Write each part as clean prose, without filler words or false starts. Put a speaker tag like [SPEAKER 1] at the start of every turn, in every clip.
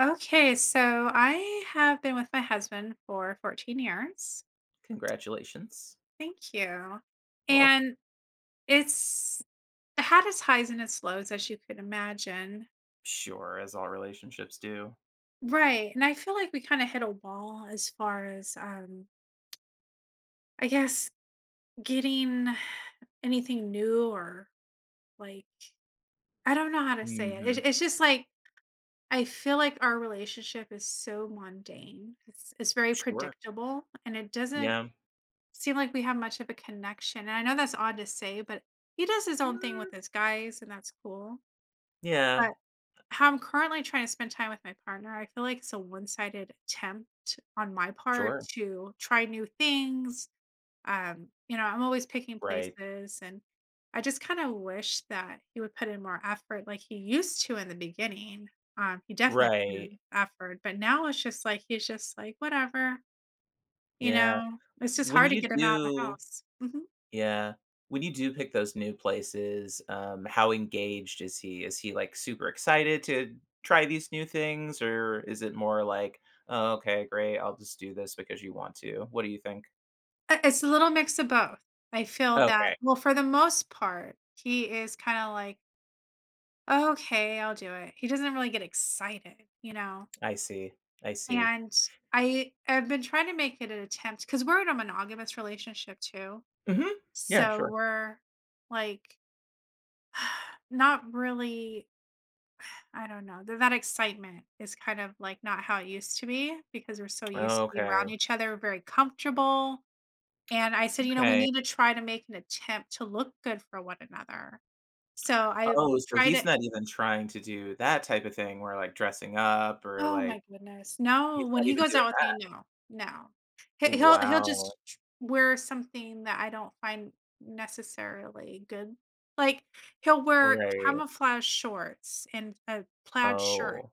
[SPEAKER 1] Okay, so I have been with my husband for 14 years.
[SPEAKER 2] Congratulations.
[SPEAKER 1] Thank you.
[SPEAKER 2] Well,
[SPEAKER 1] And it's had its highs and its lows, as you could imagine.
[SPEAKER 2] sure, as all relationships do.
[SPEAKER 1] Right. And I feel like we kind of hit a wall as far as I guess getting anything new or like I don't know how to say it.
[SPEAKER 2] Mhm.
[SPEAKER 1] It's just like I feel like our relationship is so mundane. It's very
[SPEAKER 2] Sure.
[SPEAKER 1] predictable and it doesn't
[SPEAKER 2] Yeah.
[SPEAKER 1] seem like we have much of a connection. And I know that's odd to say, but he does his own thing with
[SPEAKER 2] Mm.
[SPEAKER 1] his guys, and that's cool.
[SPEAKER 2] Yeah.
[SPEAKER 1] But how I'm currently trying to spend time with my partner, I feel like it's a one sided attempt on my part
[SPEAKER 2] Sure.
[SPEAKER 1] to try new things. I'm always picking
[SPEAKER 2] Right.
[SPEAKER 1] places, and I just kind of wish that he would put in more effort like he used to in the beginning. He definitely put
[SPEAKER 2] Right.
[SPEAKER 1] in effort, but now it's just like he's just like, whatever, you
[SPEAKER 2] Yeah.
[SPEAKER 1] know, it's just
[SPEAKER 2] When
[SPEAKER 1] hard to
[SPEAKER 2] you
[SPEAKER 1] get him out of the
[SPEAKER 2] do
[SPEAKER 1] house. Mhm.
[SPEAKER 2] yeah. When you do pick those new places, how engaged is he? Is he, like, super excited to try these new things, or is it more like, "Oh, okay, great, I'll just do this because you want to." What do you think?
[SPEAKER 1] I It's a little mix of both. I feel that
[SPEAKER 2] Okay.
[SPEAKER 1] well, for the most part, he is kinda like, "Okay, I'll do it." He doesn't really get excited,
[SPEAKER 2] I see. I see.
[SPEAKER 1] And I have been trying to make it an attempt because 'cause we're in a monogamous relationship too.
[SPEAKER 2] Mhm. Yeah,
[SPEAKER 1] So
[SPEAKER 2] sure.
[SPEAKER 1] we're, like, not really I don't know, th that excitement is kind of, like, not how it used to be because we're so used to be around
[SPEAKER 2] Okay.
[SPEAKER 1] each other, very comfortable. And I said, "You know, we
[SPEAKER 2] Okay.
[SPEAKER 1] need to try to make an attempt to look good for one another." So I
[SPEAKER 2] Oh, so
[SPEAKER 1] try
[SPEAKER 2] he's
[SPEAKER 1] to
[SPEAKER 2] not even trying to do that type of thing where, like, dressing up, or,
[SPEAKER 1] Oh my
[SPEAKER 2] like
[SPEAKER 1] goodness. No,
[SPEAKER 2] he's
[SPEAKER 1] when
[SPEAKER 2] not
[SPEAKER 1] he
[SPEAKER 2] even
[SPEAKER 1] goes out
[SPEAKER 2] doing
[SPEAKER 1] with me,
[SPEAKER 2] that?
[SPEAKER 1] no, no. He'll
[SPEAKER 2] Wow.
[SPEAKER 1] just wear something that I don't find necessarily good. Like, he'll wear
[SPEAKER 2] Right.
[SPEAKER 1] camouflage shorts and a plaid shirt,
[SPEAKER 2] Oh,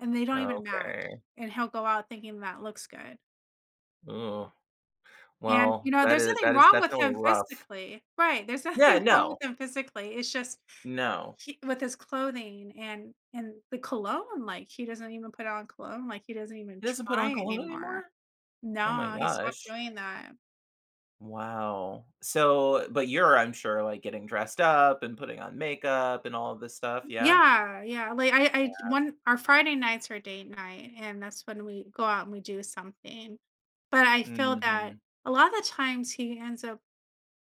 [SPEAKER 1] and they don't even match,
[SPEAKER 2] okay.
[SPEAKER 1] and he'll go out thinking that looks good.
[SPEAKER 2] Ooh.
[SPEAKER 1] And, you
[SPEAKER 2] Well,
[SPEAKER 1] know,
[SPEAKER 2] that
[SPEAKER 1] there's
[SPEAKER 2] is
[SPEAKER 1] nothing
[SPEAKER 2] that is
[SPEAKER 1] wrong with
[SPEAKER 2] definitely
[SPEAKER 1] him
[SPEAKER 2] rough.
[SPEAKER 1] physically. Right, there's nothing
[SPEAKER 2] Yeah,
[SPEAKER 1] wrong with
[SPEAKER 2] no.
[SPEAKER 1] him physically, it's just
[SPEAKER 2] No.
[SPEAKER 1] he, with his clothing and the cologne, like, he doesn't even put on cologne, like, he doesn't even
[SPEAKER 2] He doesn't put
[SPEAKER 1] try
[SPEAKER 2] on cologne
[SPEAKER 1] anymore.
[SPEAKER 2] anymore? Oh my
[SPEAKER 1] No, he stopped
[SPEAKER 2] gosh.
[SPEAKER 1] doing that.
[SPEAKER 2] Wow. So but you're, I'm sure, like, getting dressed up and putting on makeup and all of this stuff, yeah?
[SPEAKER 1] Yeah, yeah, like, I one our Friday nights are date night, and that's when we go out and we do something, but I feel that
[SPEAKER 2] Mhm.
[SPEAKER 1] a lot of the times he ends up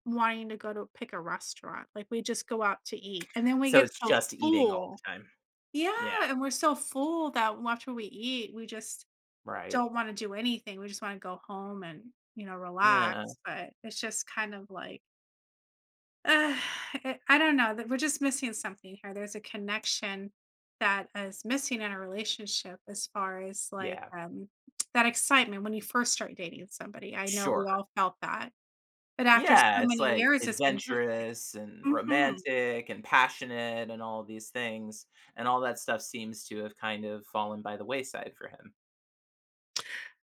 [SPEAKER 1] wanting to go to pick a restaurant, like, we just go out to eat, and then we
[SPEAKER 2] So
[SPEAKER 1] get
[SPEAKER 2] it's
[SPEAKER 1] so
[SPEAKER 2] just eating all
[SPEAKER 1] full.
[SPEAKER 2] the time.
[SPEAKER 1] Yeah,
[SPEAKER 2] Yeah,
[SPEAKER 1] and we're so full that after we eat, we just
[SPEAKER 2] right.
[SPEAKER 1] don't wanna do anything, we just wanna go home and, you know,
[SPEAKER 2] Yeah.
[SPEAKER 1] relax, but it's just kind of like, uh, it I don't know, that we're just missing something here, there's a connection that is missing in a relationship as far as, like,
[SPEAKER 2] Yeah,
[SPEAKER 1] that excitement when you first start dating somebody, I know we
[SPEAKER 2] sure.
[SPEAKER 1] all felt that, but after so
[SPEAKER 2] Yeah, it's
[SPEAKER 1] many
[SPEAKER 2] like
[SPEAKER 1] years, it's been different.
[SPEAKER 2] adventurous and
[SPEAKER 1] Mhm.
[SPEAKER 2] romantic and passionate and all of these things. And all that stuff seems to have kind of fallen by the wayside for him.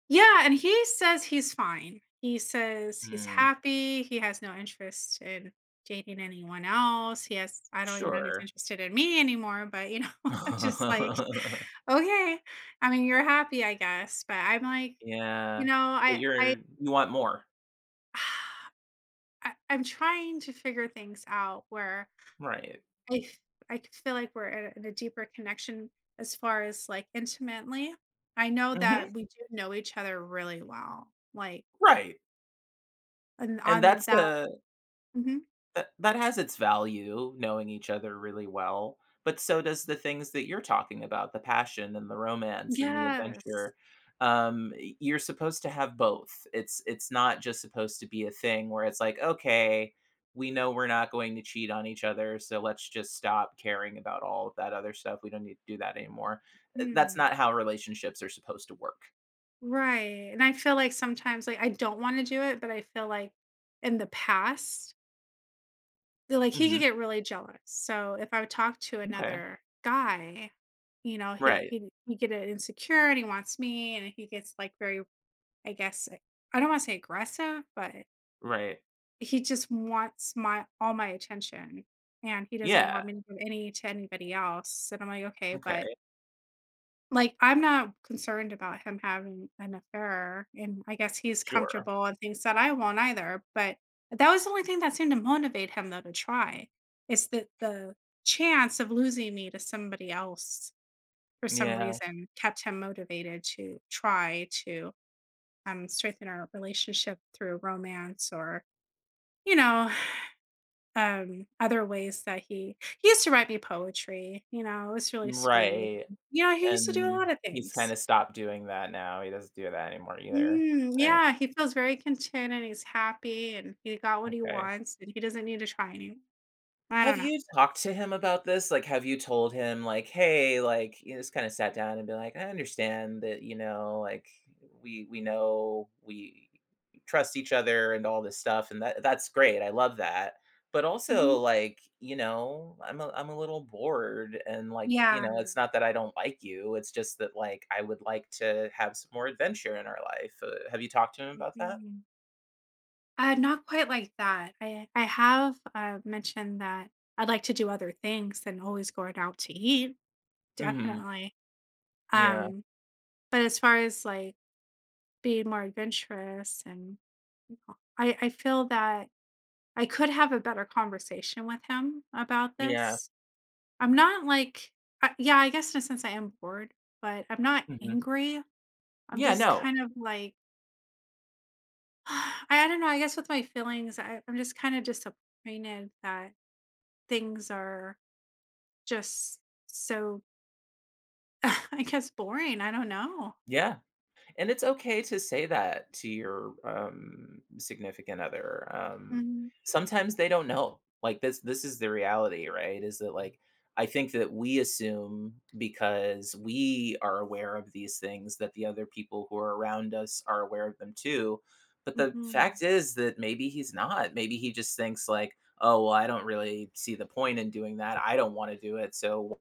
[SPEAKER 1] Yeah, and he says he's fine. He says he's
[SPEAKER 2] Mm,
[SPEAKER 1] happy, he has no interest in dating anyone else, he has I don't even know if he's
[SPEAKER 2] sure.
[SPEAKER 1] interested in me anymore, but, you know, I'm just like, "Okay, I mean, you're happy, I guess," but I'm like, you
[SPEAKER 2] yeah.
[SPEAKER 1] know,
[SPEAKER 2] But you're
[SPEAKER 1] I
[SPEAKER 2] you want more.
[SPEAKER 1] I'm trying to figure things out where
[SPEAKER 2] Right.
[SPEAKER 1] I f I c feel like we're in a deeper connection as far as, like, intimately. I know that
[SPEAKER 2] Hmm.
[SPEAKER 1] we do know each other really well, like,
[SPEAKER 2] Right.
[SPEAKER 1] and
[SPEAKER 2] And
[SPEAKER 1] on
[SPEAKER 2] that's
[SPEAKER 1] that
[SPEAKER 2] the
[SPEAKER 1] Mhm.
[SPEAKER 2] That that has its value, knowing each other really well, but so does the things that you're talking about, the passion and the romance and the
[SPEAKER 1] Yes.
[SPEAKER 2] adventure. You're supposed to have both. It's not just supposed to be a thing where it's like, okay, we know we're not going to cheat on each other, so let's just stop caring about all of that other stuff. We don't need to do that anymore. That's
[SPEAKER 1] Mm.
[SPEAKER 2] not how relationships are supposed to work.
[SPEAKER 1] Right, and I feel like sometimes, like, I don't wanna do it, but I feel like in the past, they're like, he could
[SPEAKER 2] Hmm.
[SPEAKER 1] get really jealous, so if I would talk to
[SPEAKER 2] Okay.
[SPEAKER 1] another guy, you know, he'll
[SPEAKER 2] Right.
[SPEAKER 1] he he'd get insecure and he wants me, and he gets, like, very, I guess, like I don't wanna say aggressive, but
[SPEAKER 2] Right.
[SPEAKER 1] he just wants my all my attention, and he doesn't
[SPEAKER 2] Yeah.
[SPEAKER 1] want me to give any to anybody else, and I'm like, "Okay, but"
[SPEAKER 2] Okay.
[SPEAKER 1] Like, I'm not concerned about him having an affair, and I guess he's
[SPEAKER 2] Sure.
[SPEAKER 1] comfortable and thinks that I won't either, but that was the only thing that seemed to motivate him, though, to try. It's that the chance of losing me to somebody else for some
[SPEAKER 2] Yeah.
[SPEAKER 1] reason kept him motivated to try to, strengthen our relationship through romance or, you know, other ways that he used to write me poetry, you know, it was really sweet.
[SPEAKER 2] Right.
[SPEAKER 1] You know, he used to do a
[SPEAKER 2] And
[SPEAKER 1] lot of
[SPEAKER 2] he's
[SPEAKER 1] things.
[SPEAKER 2] kinda stopped doing that now, he doesn't do that anymore either,
[SPEAKER 1] Mm,
[SPEAKER 2] right?
[SPEAKER 1] yeah, he feels very content and he's happy and he got what he
[SPEAKER 2] Okay.
[SPEAKER 1] wants and he doesn't need to try anymore. I
[SPEAKER 2] Have
[SPEAKER 1] don't know.
[SPEAKER 2] you talked to him about this? Like, have you told him, like, "Hey," like, you just kinda sat down and be like, "I understand that, you know, like, we know we trust each other and all this stuff, and that's great, I love that. But also,
[SPEAKER 1] Mhm.
[SPEAKER 2] like, you know, I'm a little bored, and, like, you
[SPEAKER 1] Yeah.
[SPEAKER 2] know, it's not that I don't like you, it's just that, like, I would like to have some more adventure in our life." Have you talked to him about that?
[SPEAKER 1] Mhm. Not quite like that. I have mentioned that I'd like to do other things than always going out to eat,
[SPEAKER 2] Mhm.
[SPEAKER 1] definitely.
[SPEAKER 2] Yeah.
[SPEAKER 1] Um, but as far as like being more adventurous and I feel that I could have a better conversation with him about
[SPEAKER 2] Yeah.
[SPEAKER 1] this I'm not like I yeah, I guess in a sense I am bored, but I'm not
[SPEAKER 2] Mhm.
[SPEAKER 1] angry. I'm
[SPEAKER 2] Yeah,
[SPEAKER 1] just
[SPEAKER 2] no.
[SPEAKER 1] kind of like I don't know, I guess with my feelings, I'm just kind of disappointed that things are just so I guess boring. I don't know.
[SPEAKER 2] Yeah. And it's okay to say that to your, significant other,
[SPEAKER 1] Mhm,
[SPEAKER 2] sometimes they don't know, like, this is the reality, right? Is that, like, I think that we assume because we are aware of these things that the other people who are around us are aware of them too, but the fact
[SPEAKER 1] mhm.
[SPEAKER 2] is that maybe he's not, maybe he just thinks like, "Oh, well, I don't really see the point in doing that, I don't wanna do it, so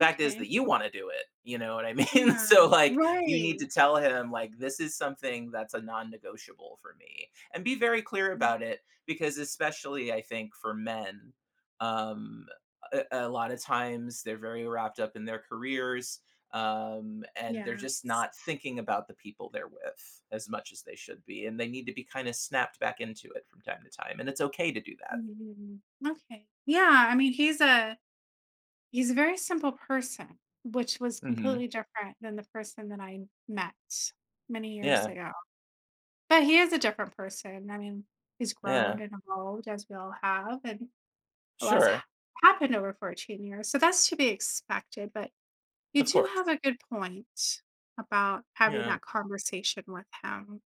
[SPEAKER 2] fact is
[SPEAKER 1] Okay.
[SPEAKER 2] that you want to do it. You know what I mean?"
[SPEAKER 1] Yeah.
[SPEAKER 2] So like you need
[SPEAKER 1] Right.
[SPEAKER 2] to tell him like this is something that's a non-negotiable for me and be very clear
[SPEAKER 1] Mhm,
[SPEAKER 2] about it, because especially I think for men, um a lot of times they're very wrapped up in their careers, and they're just
[SPEAKER 1] yes.
[SPEAKER 2] not thinking about the people they're with as much as they should be, and they need to be kind of snapped back into it from time to time, and it's okay to do that.
[SPEAKER 1] Mhm. Okay. Yeah. I mean, He's a very simple person, which was
[SPEAKER 2] Mhm.
[SPEAKER 1] completely different than the person that I met many years
[SPEAKER 2] Yeah.
[SPEAKER 1] ago. But he is a different person. I mean, he's grown
[SPEAKER 2] Yeah.
[SPEAKER 1] and evolved as we all have, and a lot's
[SPEAKER 2] Sure.
[SPEAKER 1] ha- happened over 14 years. So that's to be expected. But you
[SPEAKER 2] Of
[SPEAKER 1] do have
[SPEAKER 2] course.
[SPEAKER 1] a good point about having
[SPEAKER 2] Yeah.
[SPEAKER 1] that conversation with him.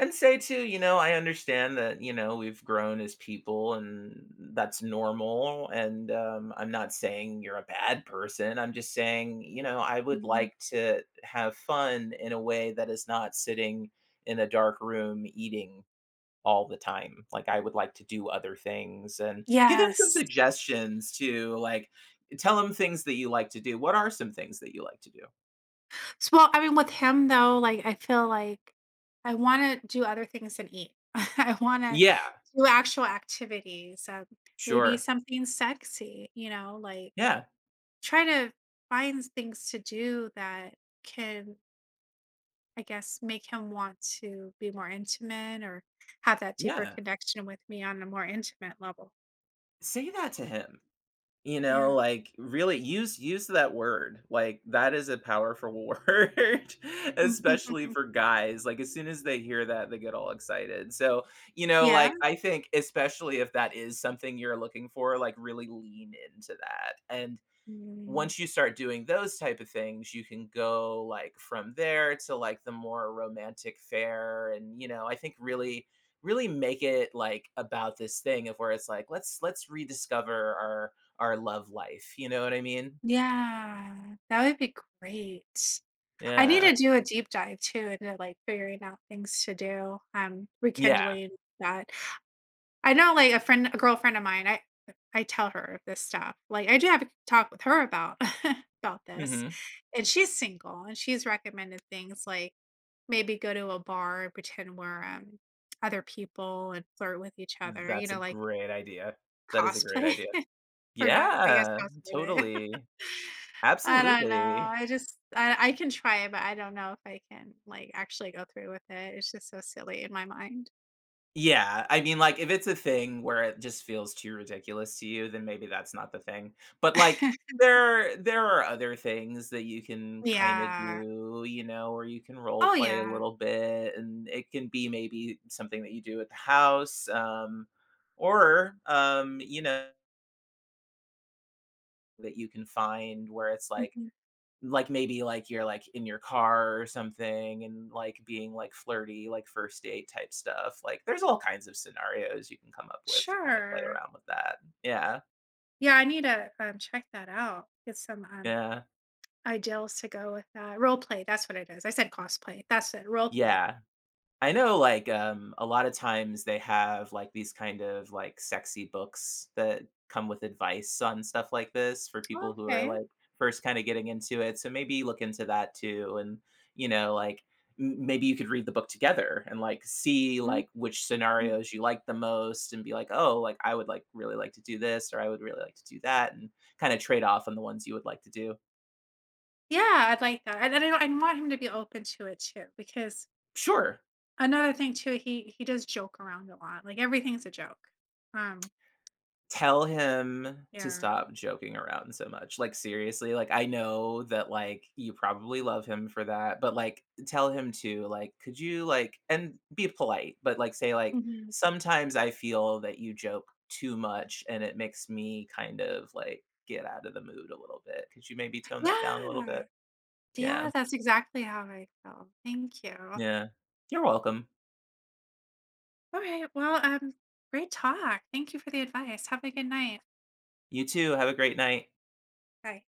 [SPEAKER 2] And say too, you know, I understand that, you know, we've grown as people and that's normal. And I'm not saying you're a bad person. I'm just saying, you know, I would
[SPEAKER 1] Mhm.
[SPEAKER 2] like to have fun in a way that is not sitting in a dark room eating all the time. Like, I would like to do other things and give them some
[SPEAKER 1] Yes.
[SPEAKER 2] suggestions to like tell them things that you like to do. What are some things that you like to do?
[SPEAKER 1] S Well, I mean, with him, though, like, I feel like I wanna do other things than eat. I wanna
[SPEAKER 2] Yeah,
[SPEAKER 1] do actual activities, maybe
[SPEAKER 2] sure.
[SPEAKER 1] something sexy, you know, like,
[SPEAKER 2] Yeah,
[SPEAKER 1] try to find things to do that can, I guess, make him want to be more intimate or have that deeper
[SPEAKER 2] yeah.
[SPEAKER 1] connection with me on a more intimate level.
[SPEAKER 2] Say that to him. You know,
[SPEAKER 1] Yeah.
[SPEAKER 2] like, really use that word, like, that is a powerful word, especially for guys, like, as soon as they hear that, they get all excited, so, you know,
[SPEAKER 1] Yeah?
[SPEAKER 2] like, I think especially if that is something you're looking for, like, really lean into that, and
[SPEAKER 1] Mm.
[SPEAKER 2] once you start doing those type of things you can go like from there to like the more romantic fare, and you know I think really make it like about this thing of where it's like let's rediscover our love life, you know what I mean?
[SPEAKER 1] Yeah. That would be great. I need
[SPEAKER 2] Yeah.
[SPEAKER 1] to do a deep dive too into, like, figuring out things to do,
[SPEAKER 2] Yeah.
[SPEAKER 1] rekindling that. I know, like, a girlfriend of mine, I tell her of this stuff. Like, I do have a talk with her about about this,
[SPEAKER 2] Hmm.
[SPEAKER 1] and she's single, and she's recommended things like maybe go to a bar and pretend we're, other people and flirt with each other, you
[SPEAKER 2] That's a
[SPEAKER 1] know, like
[SPEAKER 2] great idea. That is a great
[SPEAKER 1] cosplay
[SPEAKER 2] idea.
[SPEAKER 1] or not, I guess
[SPEAKER 2] Yeah.
[SPEAKER 1] cosplay, but
[SPEAKER 2] Totally.
[SPEAKER 1] I don't know.
[SPEAKER 2] Absolutely.
[SPEAKER 1] I just I can try it, but I don't know if I can, like, actually go through with it. It's just so silly in my mind.
[SPEAKER 2] Yeah, I mean, like, if it's a thing where it just feels too ridiculous to you, then maybe that's not the thing. But like, there are other things that you can kind of
[SPEAKER 1] Yeah.
[SPEAKER 2] do, you know, or you can role
[SPEAKER 1] Oh,
[SPEAKER 2] play a
[SPEAKER 1] yeah.
[SPEAKER 2] little bit, and it can be maybe something that you do at the house, or you know, that you can find where it's
[SPEAKER 1] Mhm.
[SPEAKER 2] like, maybe, like, you're, like, in your car or something and, like, being, like, flirty, like, first date type stuff, like, there's all kinds of scenarios you can come up with to kind of play
[SPEAKER 1] Sure.
[SPEAKER 2] around with that. Yeah.
[SPEAKER 1] Yeah, I need to, check that out. Get some,
[SPEAKER 2] Yeah.
[SPEAKER 1] ideals to go with that. Role play, that's what it is. I said cosplay. That's it, role play.
[SPEAKER 2] Yeah. I know like a lot of times they have like these kind of like sexy books that come with advice on stuff like this for people who are
[SPEAKER 1] Okay.
[SPEAKER 2] like first kind of getting into it. So maybe look into that too and you know like maybe you could read the book together and like see like which
[SPEAKER 1] Mhm.
[SPEAKER 2] scenarios you like the most and be like, "Oh, like I would like really like to do this or I would really like to do that" and kind of trade off on the ones you would like to do.
[SPEAKER 1] Yeah, I'd like that. And I don't I want him to be open to it too, because
[SPEAKER 2] Sure,
[SPEAKER 1] another thing too, he does joke around a lot. Like, everything's a joke. Um,
[SPEAKER 2] tell him to
[SPEAKER 1] yeah.
[SPEAKER 2] stop joking around so much. Like seriously, like I know that like you probably love him for that, but like tell him to like could you like and be polite, but like say like
[SPEAKER 1] Mhm.
[SPEAKER 2] sometimes I feel that you joke too much and it makes me kind of like get out of the mood a little bit. Could you maybe tone that down a little
[SPEAKER 1] Yeah.
[SPEAKER 2] bit? Yeah.
[SPEAKER 1] Yeah, that's exactly how I feel. Thank you.
[SPEAKER 2] Yeah. You're welcome.
[SPEAKER 1] Alright, well, great talk. Thank you for the advice. Have a good night.
[SPEAKER 2] You too. Have a great night.
[SPEAKER 1] Bye.